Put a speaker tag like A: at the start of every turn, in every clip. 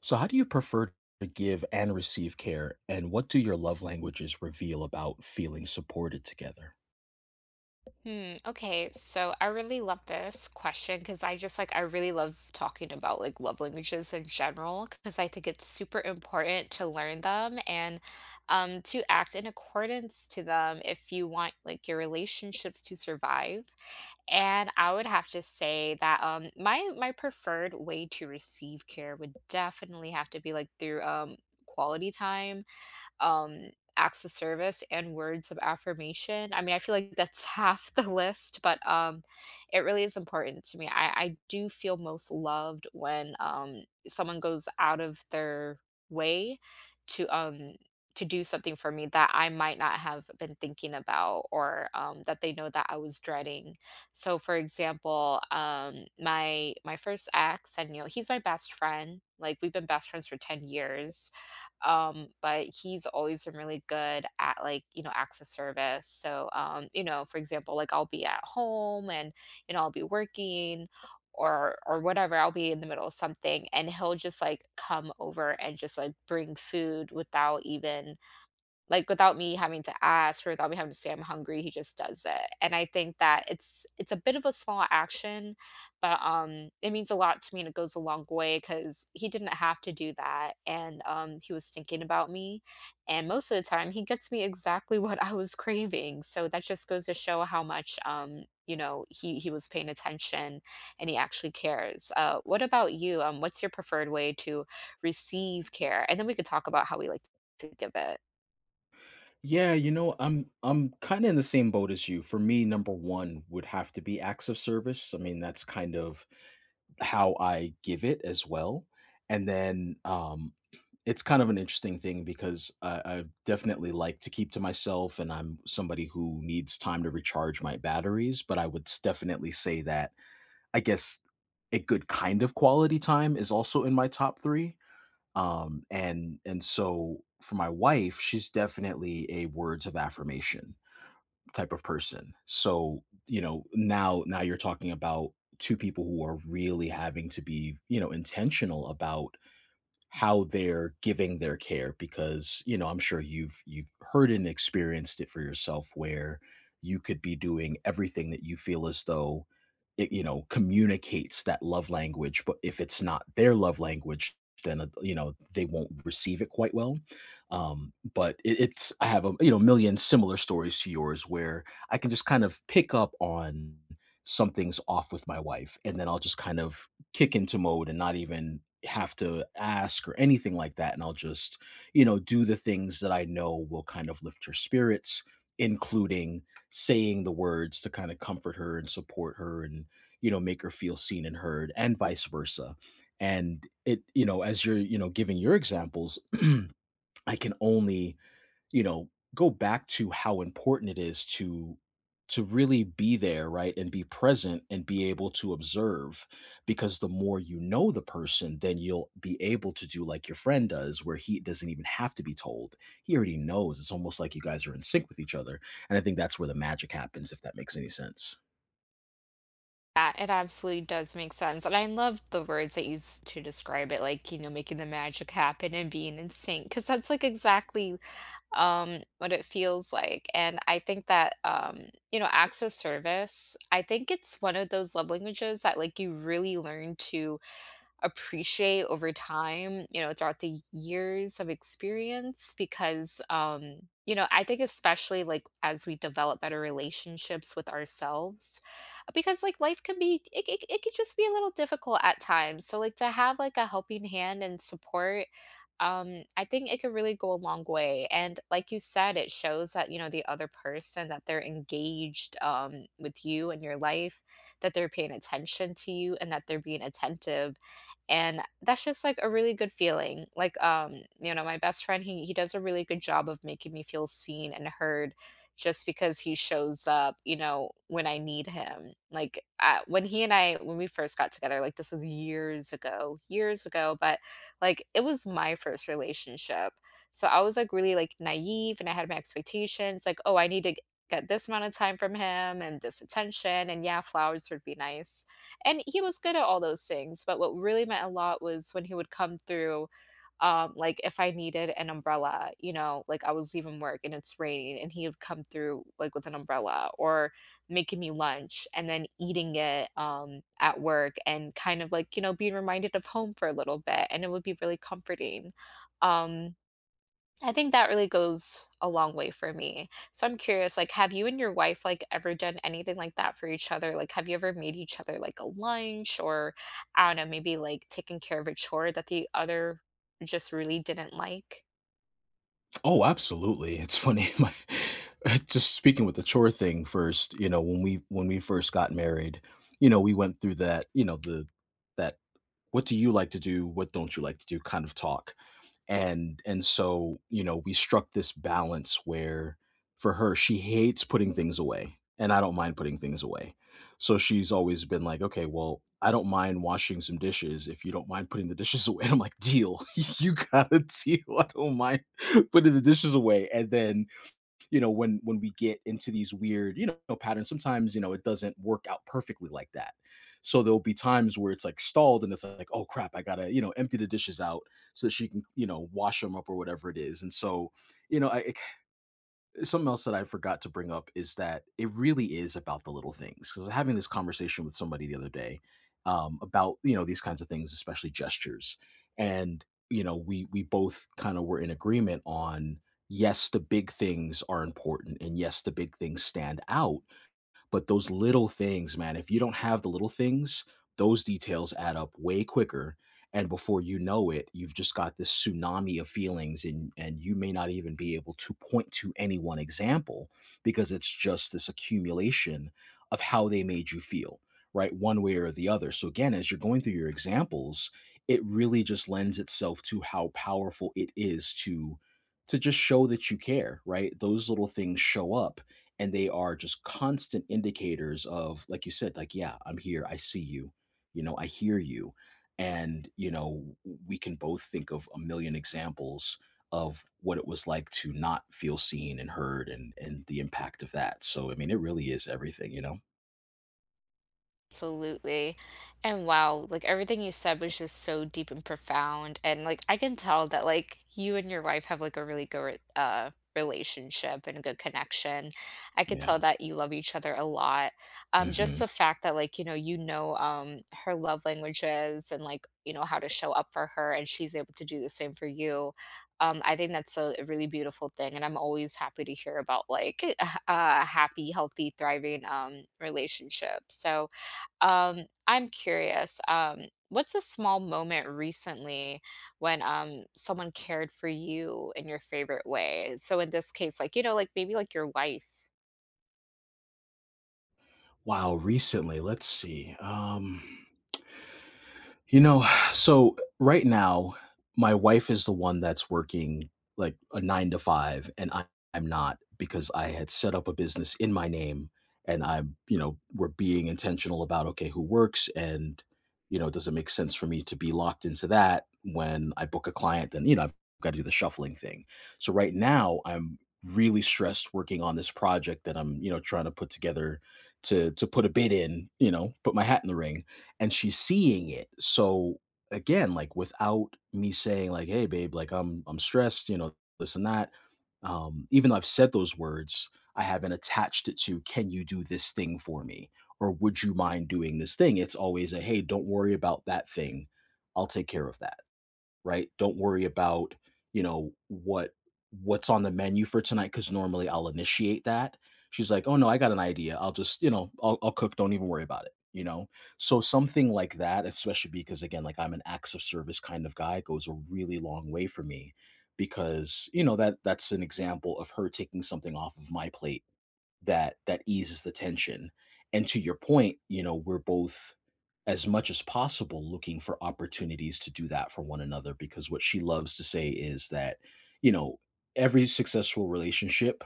A: So, how do you prefer to give and receive care? And what do your love languages reveal about feeling supported together?
B: Hmm. Okay. So I really love this question because I really love talking about like love languages in general because I think it's super important to learn them and to act in accordance to them if you want like your relationships to survive. And I would have to say that my preferred way to receive care would definitely have to be like through quality time, um, acts of service and words of affirmation. I mean, I feel like that's half the list, but it really is important to me. I do feel most loved when someone goes out of their way to um, to do something for me that I might not have been thinking about or that they know that I was dreading. So for example, my first ex and he's my best friend. Like we've been best friends for 10 years but he's always been really good at like acts of service. So for example, like I'll be at home and I'll be working, or whatever, I'll be in the middle of something and he'll just like come over and just like bring food without even, like, without me having to ask or without me having to say I'm hungry. He just does it, and I think that it's a bit of a small action, but, it means a lot to me and it goes a long way because he didn't have to do that, and, he was thinking about me, and most of the time, he gets me exactly what I was craving, so that just goes to show how much, he was paying attention and he actually cares. What about you? What's your preferred way to receive care? And then we could talk about how we like to give it.
A: Yeah, you know, I'm kind of in the same boat as you. For me, number one would have to be acts of service. I mean, that's kind of how I give it as well. And then it's kind of an interesting thing because I definitely like to keep to myself, and I'm somebody who needs time to recharge my batteries. But I would definitely say that I guess a good kind of quality time is also in my top 3, and so for my wife, she's definitely a words of affirmation type of person. So, you know, now you're talking about 2 people who are really having to be, you know, intentional about how they're giving their care because you know I'm sure you've heard and experienced it for yourself where you could be doing everything that you feel as though it you know communicates that love language. But if it's not their love language, then you know they won't receive it quite well. But it's I have a you know million similar stories to yours where I can just kind of pick up on something's off with my wife, and then I'll just kind of kick into mode and not even have to ask or anything like that. And I'll just, you know, do the things that I know will kind of lift her spirits, including saying the words to kind of comfort her and support her and, you know, make her feel seen and heard and vice versa. And it, you know, as you're, you know, giving your examples, I can only you know, go back to how important it is to really be there, right? And be present and be able to observe, because the more you know the person, then you'll be able to do like your friend does where he doesn't even have to be told. He already knows. It's almost like you guys are in sync with each other. And I think that's where the magic happens if that makes any sense.
B: Yeah, it absolutely does make sense. And I love the words that you use to describe it, like, you know, making the magic happen and being in sync, because that's like exactly what it feels like. And I think that, you know, acts of service, I think it's one of those love languages that like you really learn to appreciate over time, you know, throughout the years of experience because, you know, I think especially like as we develop better relationships with ourselves because like life can be it could just be a little difficult at times. So like to have like a helping hand and support, I think it could really go a long way. And like you said, it shows that you know the other person, that they're engaged with you and your life, that they're paying attention to you and that they're being attentive. And that's just like a really good feeling. Like, you know, my best friend, he does a really good job of making me feel seen and heard just because he shows up, you know, when I need him. Like when he and I, when we first got together, like this was years ago, years ago, but like it was my first relationship, so I was like really like naive and I had my expectations, like, oh, I need to get this amount of time from him and this attention, and yeah, flowers would be nice. And he was good at all those things, but what really meant a lot was when he would come through, like if I needed an umbrella, you know, like I was leaving work and it's raining and he would come through like with an umbrella, or making me lunch and then eating it at work and kind of like, you know, being reminded of home for a little bit, and it would be really comforting. Um I think that really goes a long way for me. So I'm curious, like, have you and your wife like ever done anything like that for each other? Like, have you ever made each other like a lunch, or I don't know, maybe like taking care of a chore that the other just really didn't like?
A: Oh, absolutely. It's funny. My, just speaking with the chore thing first, you know, when we first got married, you know, we went through that, you know, the that what do you like to do? What don't you like to do? Kind of talk. And so, you know, we struck this balance where for her, she hates putting things away. And I don't mind putting things away. So she's always been like, okay, well, I don't mind washing some dishes if you don't mind putting the dishes away. And I'm like, deal. You got a deal. I don't mind putting the dishes away. And then you know when we get into these weird you know patterns sometimes, you know it doesn't work out perfectly like that. So there'll be times where it's like stalled, and it's like, oh crap, I gotta you know empty the dishes out so that she can you know wash them up or whatever it is. And so you know I, it something else that I forgot to bring up is that it really is about the little things. Because I was having this conversation with somebody the other day about you know these kinds of things, especially gestures, and you know we both kind of were in agreement on yes, the big things are important, and yes, the big things stand out, but those little things, man, if you don't have the little things, those details add up way quicker. And before you know it, you've just got this tsunami of feelings, and you may not even be able to point to any one example because it's just this accumulation of how they made you feel, right? One way or the other. So, again, as you're going through your examples, it really just lends itself to how powerful it is to just show that you care, right? Those little things show up, and they are just constant indicators of, like you said, like yeah, I'm here, I see you, you know, I hear you. And you know we can both think of a million examples of what it was like to not feel seen and heard, and the impact of that. So I mean it really is everything, you know?
B: Absolutely. And wow, like everything you said was just so deep and profound. And like I can tell that like you and your wife have like a really good relationship and a good connection. I could
A: Yeah.
B: tell that you love each other a lot. Just
A: Hmm.
B: the fact that like her love languages and like you know how to show up for her and she's able to do the same for you. I think that's a really beautiful thing and I'm always happy to hear about like a happy, healthy, thriving relationship. So I'm curious, what's a small moment recently when someone cared for you in your favorite way? So in this case, like, you know, like maybe like your wife.
A: Wow, recently, let's see, you know, so right now, my wife is the one that's working like a nine to five, and I, I'm not because I had set up a business in my name, and I'm, you know, we're being intentional about, okay, who works and, you know, does it make sense for me to be locked into that when I book a client? Then, you know, I've got to do the shuffling thing. So right now, I'm really stressed working on this project that I'm, you know, trying to put together to put a bid in, you know, put my hat in the ring, and she's seeing it. So again, like without me saying like, "Hey, babe, like I'm stressed," you know, this and that. Even though I've said those words, I haven't attached it to, "Can you do this thing for me?" or "Would you mind doing this thing?" It's always a, "Hey, don't worry about that thing. I'll take care of that." Right? Don't worry about, you know, what what's on the menu for tonight cuz normally I'll initiate that. She's like, "Oh no, I got an idea. I'll just, you know, I'll cook, don't even worry about it." You know? So something like that, especially because again, like I'm an acts of service kind of guy, goes a really long way for me because, you know, that's an example of her taking something off of my plate that eases the tension. And to your point, you know, we're both as much as possible looking for opportunities to do that for one another, because what she loves to say is that, you know, every successful relationship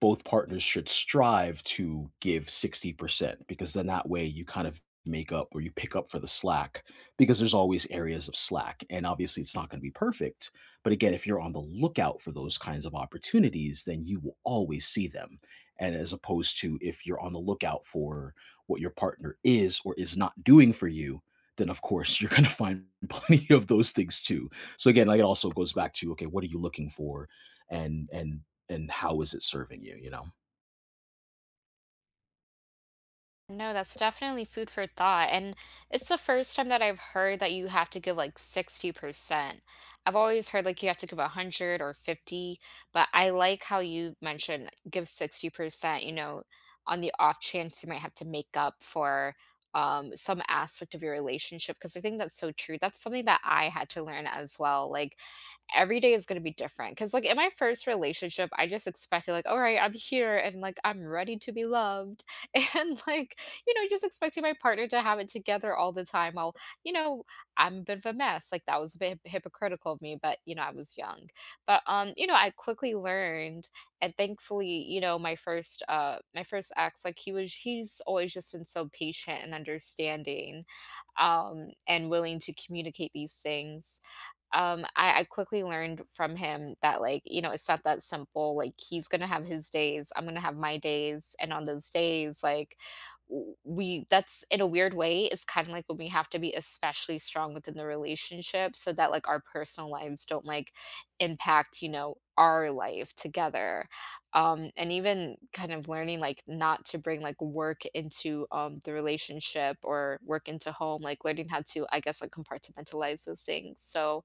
A: both partners should strive to give 60%, because then that way you kind of make up or you pick up for the slack, because there's always areas of slack and obviously it's not going to be perfect. But again, if you're on the lookout for those kinds of opportunities, then you will always see them. And as opposed to if you're on the lookout for what your partner is or is not doing for you, then of course you're going to find plenty of those things too. So again, like it also goes back to okay, what are you looking for? and and and how is it serving you, you know?
B: No, that's definitely food for thought. And it's the first time that I've heard that you have to give like 60%. I've always heard like you have to give 100 or 50, but I like how you mentioned give 60%, you know, on the off chance you might have to make up for some aspect of your relationship because I think that's so true. That's something that I had to learn as well. Like every day is gonna be different, cause like, in my first relationship, I just expected, like, "Alright, I'm here, and, like, I'm ready to be loved," and, like, you know, just expecting my partner to have it together all the time while, you know, I'm a bit of a mess. Like, that was a bit hip hypocritical of me, but, you know, I was young. But, you know, I quickly learned, and thankfully, you know, my first ex, like, he's always just been so patient and understanding, and willing to communicate these things. I quickly learned from him that, like, you know, it's not that simple. Like, he's gonna have his days, I'm gonna have my days, and on those days, like, w- we that's in a weird way is kind of like when we have to be especially strong within the relationship so that like our personal lives don't like impact, you know, our life together. And even kind of learning, like, not to bring like work into the relationship or work into home, like learning how to, I guess, like compartmentalize those things. So,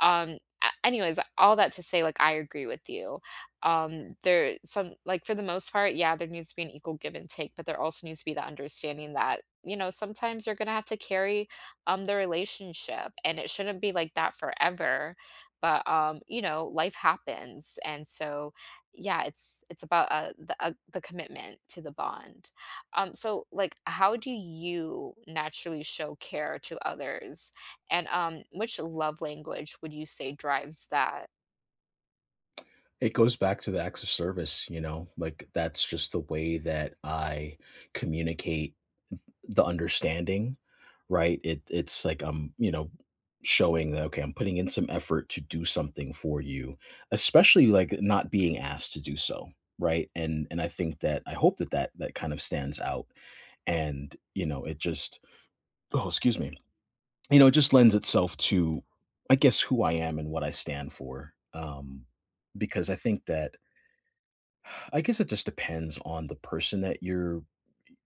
B: um anyways, all that to say, like, I agree with you. There some, like, for the most part, yeah, there needs to be an equal give and take, but there also needs to be the understanding that, you know, sometimes you're gonna have to carry the relationship, and it shouldn't be like that forever, but, you know, life happens. And so yeah, it's about, the commitment to the bond. So, like, how do you naturally show care to others? And, which love language would you say drives that?
A: It goes back to the acts of service, you know, like that's just the way that I communicate the understanding, right? It it's like I'm, you know, showing that okay, I'm putting in some effort to do something for you, especially like not being asked to do so, right? And I think that I hope that that kind of stands out, and you know, it just oh excuse me, you know, it just lends itself to, I guess, who I am and what I stand for. Because I think that I guess it just depends on the person that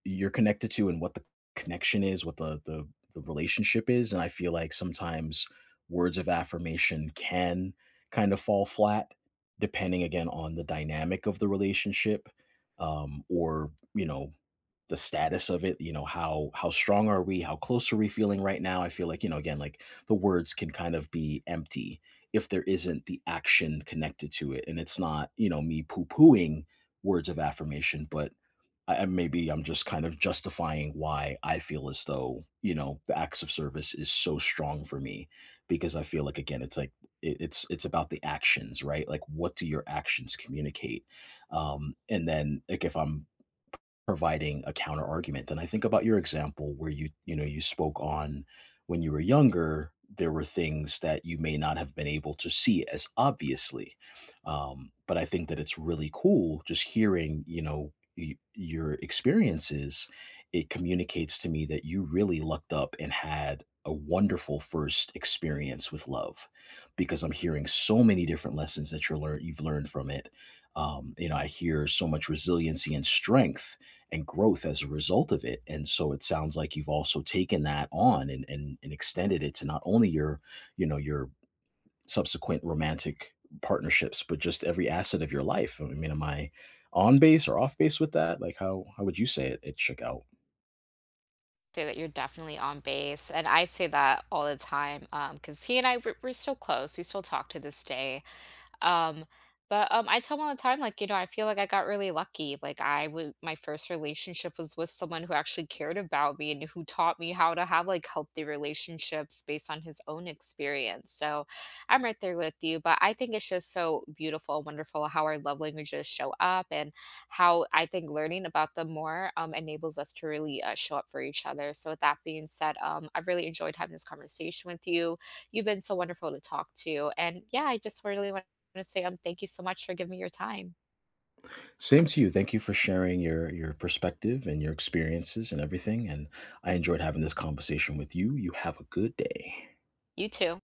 A: you're connected to and what the connection is, what the the relationship is, and I feel like sometimes words of affirmation can kind of fall flat depending again on the dynamic of the relationship, or, you know, the status of it, you know, how strong are we? How close are we feeling right now? I feel like, you know, again, like the words can kind of be empty if there isn't the action connected to it. And it's not, you know, me poo pooing words of affirmation, but I, maybe I'm just kind of justifying why I feel as though, you know, the acts of service is so strong for me because I feel like, again, it's like, it's about the actions, right? Like what do your actions communicate? And then like if I'm providing a counter argument, then I think about your example where you know, you spoke on when you were younger, there were things that you may not have been able to see as obviously. But I think that it's really cool just hearing, you know, your experiences. It communicates to me that you really lucked up and had a wonderful first experience with love, because I'm hearing so many different lessons that you've learned from it. You know, I hear so much resiliency and strength and growth as a result of it. And so it sounds like you've also taken that on and and extended it to not only your, you know, your subsequent romantic partnerships, but just every asset of your life. I mean, am I on base or off base with that? Like how would you say it, it shook out?
B: Say that you're definitely on base, and I say that all the time. Because he and I, we're still close, we still talk to this day. Um, but I tell them all the time, like, you know, I feel like I got really lucky. Like, I would, my first relationship was with someone who actually cared about me and who taught me how to have like healthy relationships based on his own experience. So I'm right there with you. But I think it's just so beautiful and wonderful how our love languages show up and how I think learning about them more enables us to really, show up for each other. So, with that being said, I've really enjoyed having this conversation with you. You've been so wonderful to talk to. And yeah, I just really want gonna say, thank you so much for giving me your time.
A: Same to you. Thank you for sharing your perspective and your experiences and everything. And I enjoyed having this conversation with you. You have a good day.
B: You too.